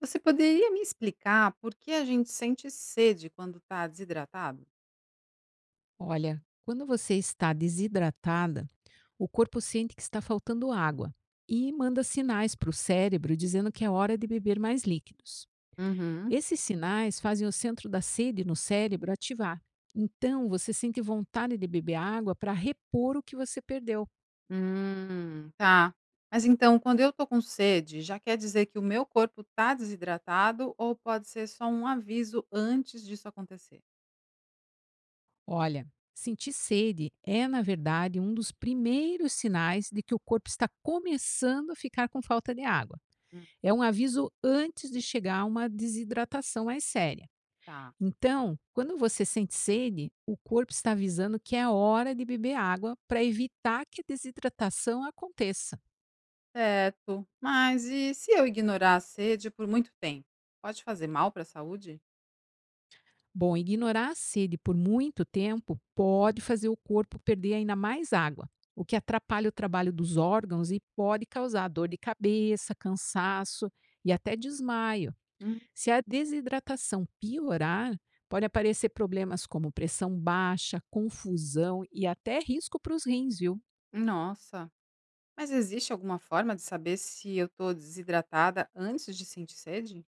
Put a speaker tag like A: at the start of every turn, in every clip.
A: Você poderia me explicar por que a gente sente sede quando está desidratado?
B: Olha, quando você está desidratada, o corpo sente que está faltando água e manda sinais para o cérebro dizendo que é hora de beber mais líquidos.
A: Uhum.
B: Esses sinais fazem o centro da sede no cérebro ativar. Então, você sente vontade de beber água para repor o que você perdeu.
A: Tá. Mas então, quando eu tô com sede, já quer dizer que o meu corpo está desidratado ou pode ser só um aviso antes disso acontecer?
B: Olha, sentir sede é, na verdade, um dos primeiros sinais de que o corpo está começando a ficar com falta de água.
A: Hum,
B: É um aviso antes de chegar a uma desidratação mais séria.
A: tá.
B: Então, quando você sente sede, o corpo está avisando que é hora de beber água para evitar que a desidratação aconteça.
A: Certo. Mas e se eu ignorar a sede por muito tempo? Pode fazer mal para a saúde?
B: Bom, ignorar a sede por muito tempo pode fazer o corpo perder ainda mais água, o que atrapalha o trabalho dos órgãos e pode causar dor de cabeça, cansaço e até desmaio.
A: Hum,
B: Se a desidratação piorar, pode aparecer problemas como pressão baixa, confusão e até risco para os rins, viu?
A: nossa. Mas existe alguma forma de saber se eu tô desidratada antes de sentir sede?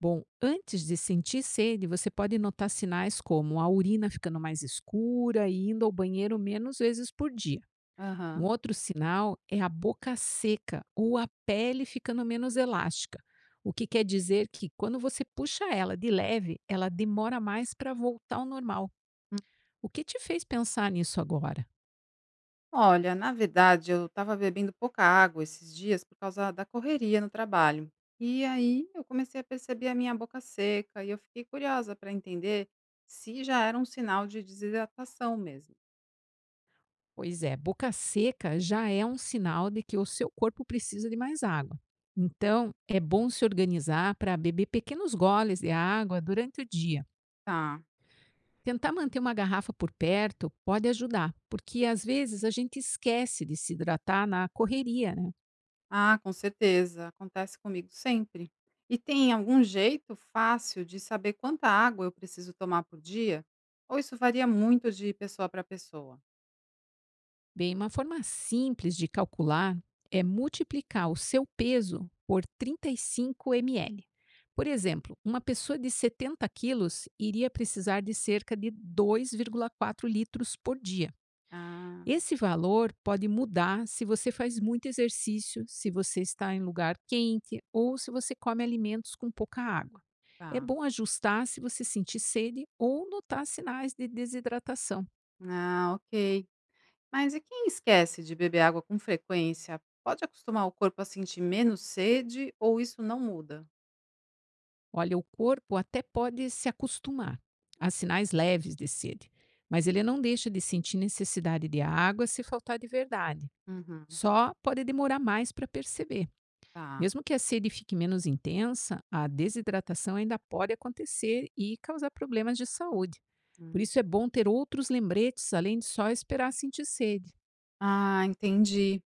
B: Bom, antes de sentir sede, você pode notar sinais como a urina ficando mais escura e indo ao banheiro menos vezes por dia. Um
A: Aham.
B: outro sinal é a boca seca ou a pele ficando menos elástica, o que quer dizer que quando você puxa ela de leve, ela demora mais para voltar ao normal. O que te fez pensar nisso agora?
A: Olha, na verdade, eu estava bebendo pouca água esses dias por causa da correria no trabalho. E aí eu comecei a perceber a minha boca seca e eu fiquei curiosa para entender se já era um sinal de desidratação mesmo.
B: Pois é, boca seca já é um sinal de que o seu corpo precisa de mais água. Então, é bom se organizar para beber pequenos goles de água durante o dia.
A: Tá.
B: Tentar manter uma garrafa por perto pode ajudar, porque às vezes a gente esquece de se hidratar na correria, né?
A: Ah, com certeza, acontece comigo sempre. E tem algum jeito fácil de saber quanta água eu preciso tomar por dia? Ou isso varia muito de pessoa para pessoa?
B: Bem, uma forma simples de calcular é multiplicar o seu peso por 35 ml. Por exemplo, uma pessoa de 70 quilos iria precisar de cerca de 2,4 litros por dia.
A: Ah,
B: Esse valor pode mudar se você faz muito exercício, se você está em lugar quente ou se você come alimentos com pouca água. É
A: tá.
B: bom ajustar se você sentir sede ou notar sinais de desidratação.
A: Ah, ok. Mas e quem esquece de beber água com frequência, pode acostumar o corpo a sentir menos sede ou isso não muda?
B: Olha, o corpo até pode se acostumar a sinais leves de sede, mas ele não deixa de sentir necessidade de água se faltar de verdade.
A: Uhum,
B: Só pode demorar mais para perceber.
A: tá.
B: Mesmo que a sede fique menos intensa, a desidratação ainda pode acontecer e causar problemas de saúde. Por
A: Hum.
B: isso é bom ter outros lembretes além de só esperar sentir sede.
A: Ah, entendi.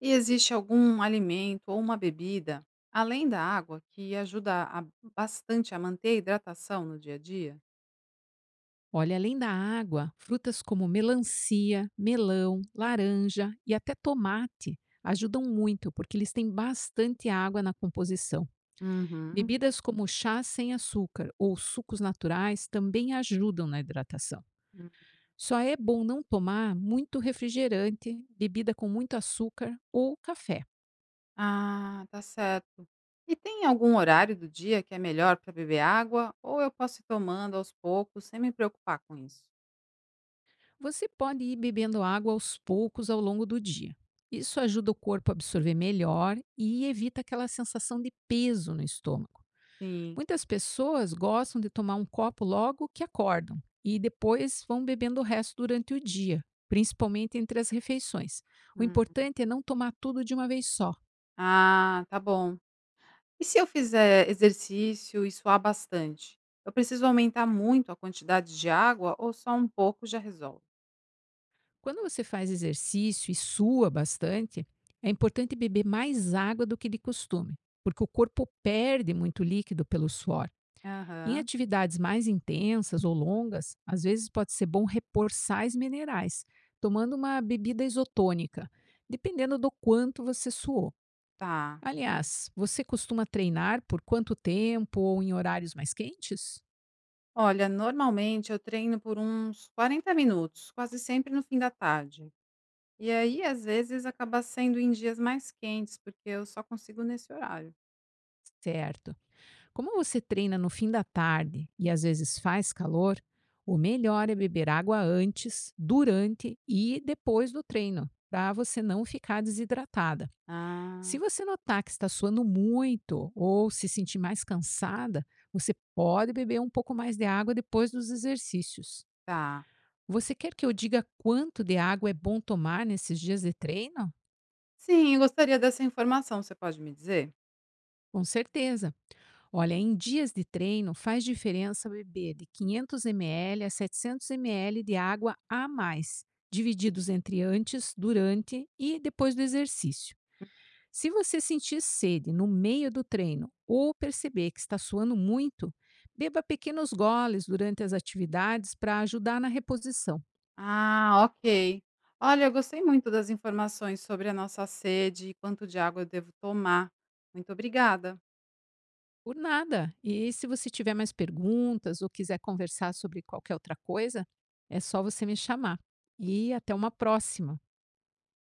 A: E existe algum alimento ou uma bebida, além da água, que bastante a manter a hidratação no dia a dia?
B: Olha, além da água, frutas como melancia, melão, laranja e até tomate ajudam muito porque eles têm bastante água na composição.
A: Uhum.
B: Bebidas como chá sem açúcar ou sucos naturais também ajudam na hidratação.
A: Hum.
B: Só é bom não tomar muito refrigerante, bebida com muito açúcar ou café.
A: Ah, tá certo. E tem algum horário do dia que é melhor para beber água ou eu posso ir tomando aos poucos sem me preocupar com isso?
B: Você pode ir bebendo água aos poucos ao longo do dia. Isso ajuda o corpo a absorver melhor e evita aquela sensação de peso no estômago.
A: Sim.
B: Muitas pessoas gostam de tomar um copo logo que acordam e depois vão bebendo o resto durante o dia, principalmente entre as refeições. O importante é não tomar tudo de uma vez só.
A: Ah, tá bom. E se eu fizer exercício e suar bastante? Eu preciso aumentar muito a quantidade de água ou só um pouco já resolve?
B: Quando você faz exercício e sua bastante, é importante beber mais água do que de costume, porque o corpo perde muito líquido pelo suor. Em
A: Aham,
B: atividades mais intensas ou longas, às vezes pode ser bom repor sais minerais, tomando uma bebida isotônica, dependendo do quanto você suou.
A: tá.
B: Aliás, você costuma treinar por quanto tempo ou em horários mais quentes?
A: Olha, normalmente eu treino por uns 40 minutos, quase sempre no fim da tarde. E aí, às vezes, acaba sendo em dias mais quentes, porque eu só consigo nesse horário.
B: Certo. Como você treina no fim da tarde e às vezes faz calor, o melhor é beber água antes, durante e depois do treino, para você não ficar desidratada. Se
A: Ah,
B: você notar que está suando muito ou se sentir mais cansada, você pode beber um pouco mais de água depois dos exercícios.
A: tá.
B: Você quer que eu diga quanto de água é bom tomar nesses dias de treino?
A: Sim, eu gostaria dessa informação, você pode me dizer?
B: Com certeza. Olha, em dias de treino faz diferença beber de 500 ml a 700 ml de água a mais, divididos entre antes, durante e depois do exercício. Se você sentir sede no meio do treino ou perceber que está suando muito, beba pequenos goles durante as atividades para ajudar na reposição.
A: Ah, ok. Olha, eu gostei muito das informações sobre a nossa sede e quanto de água eu devo tomar. Muito obrigada.
B: Por nada. E se você tiver mais perguntas ou quiser conversar sobre qualquer outra coisa, é só você me chamar. E até uma próxima!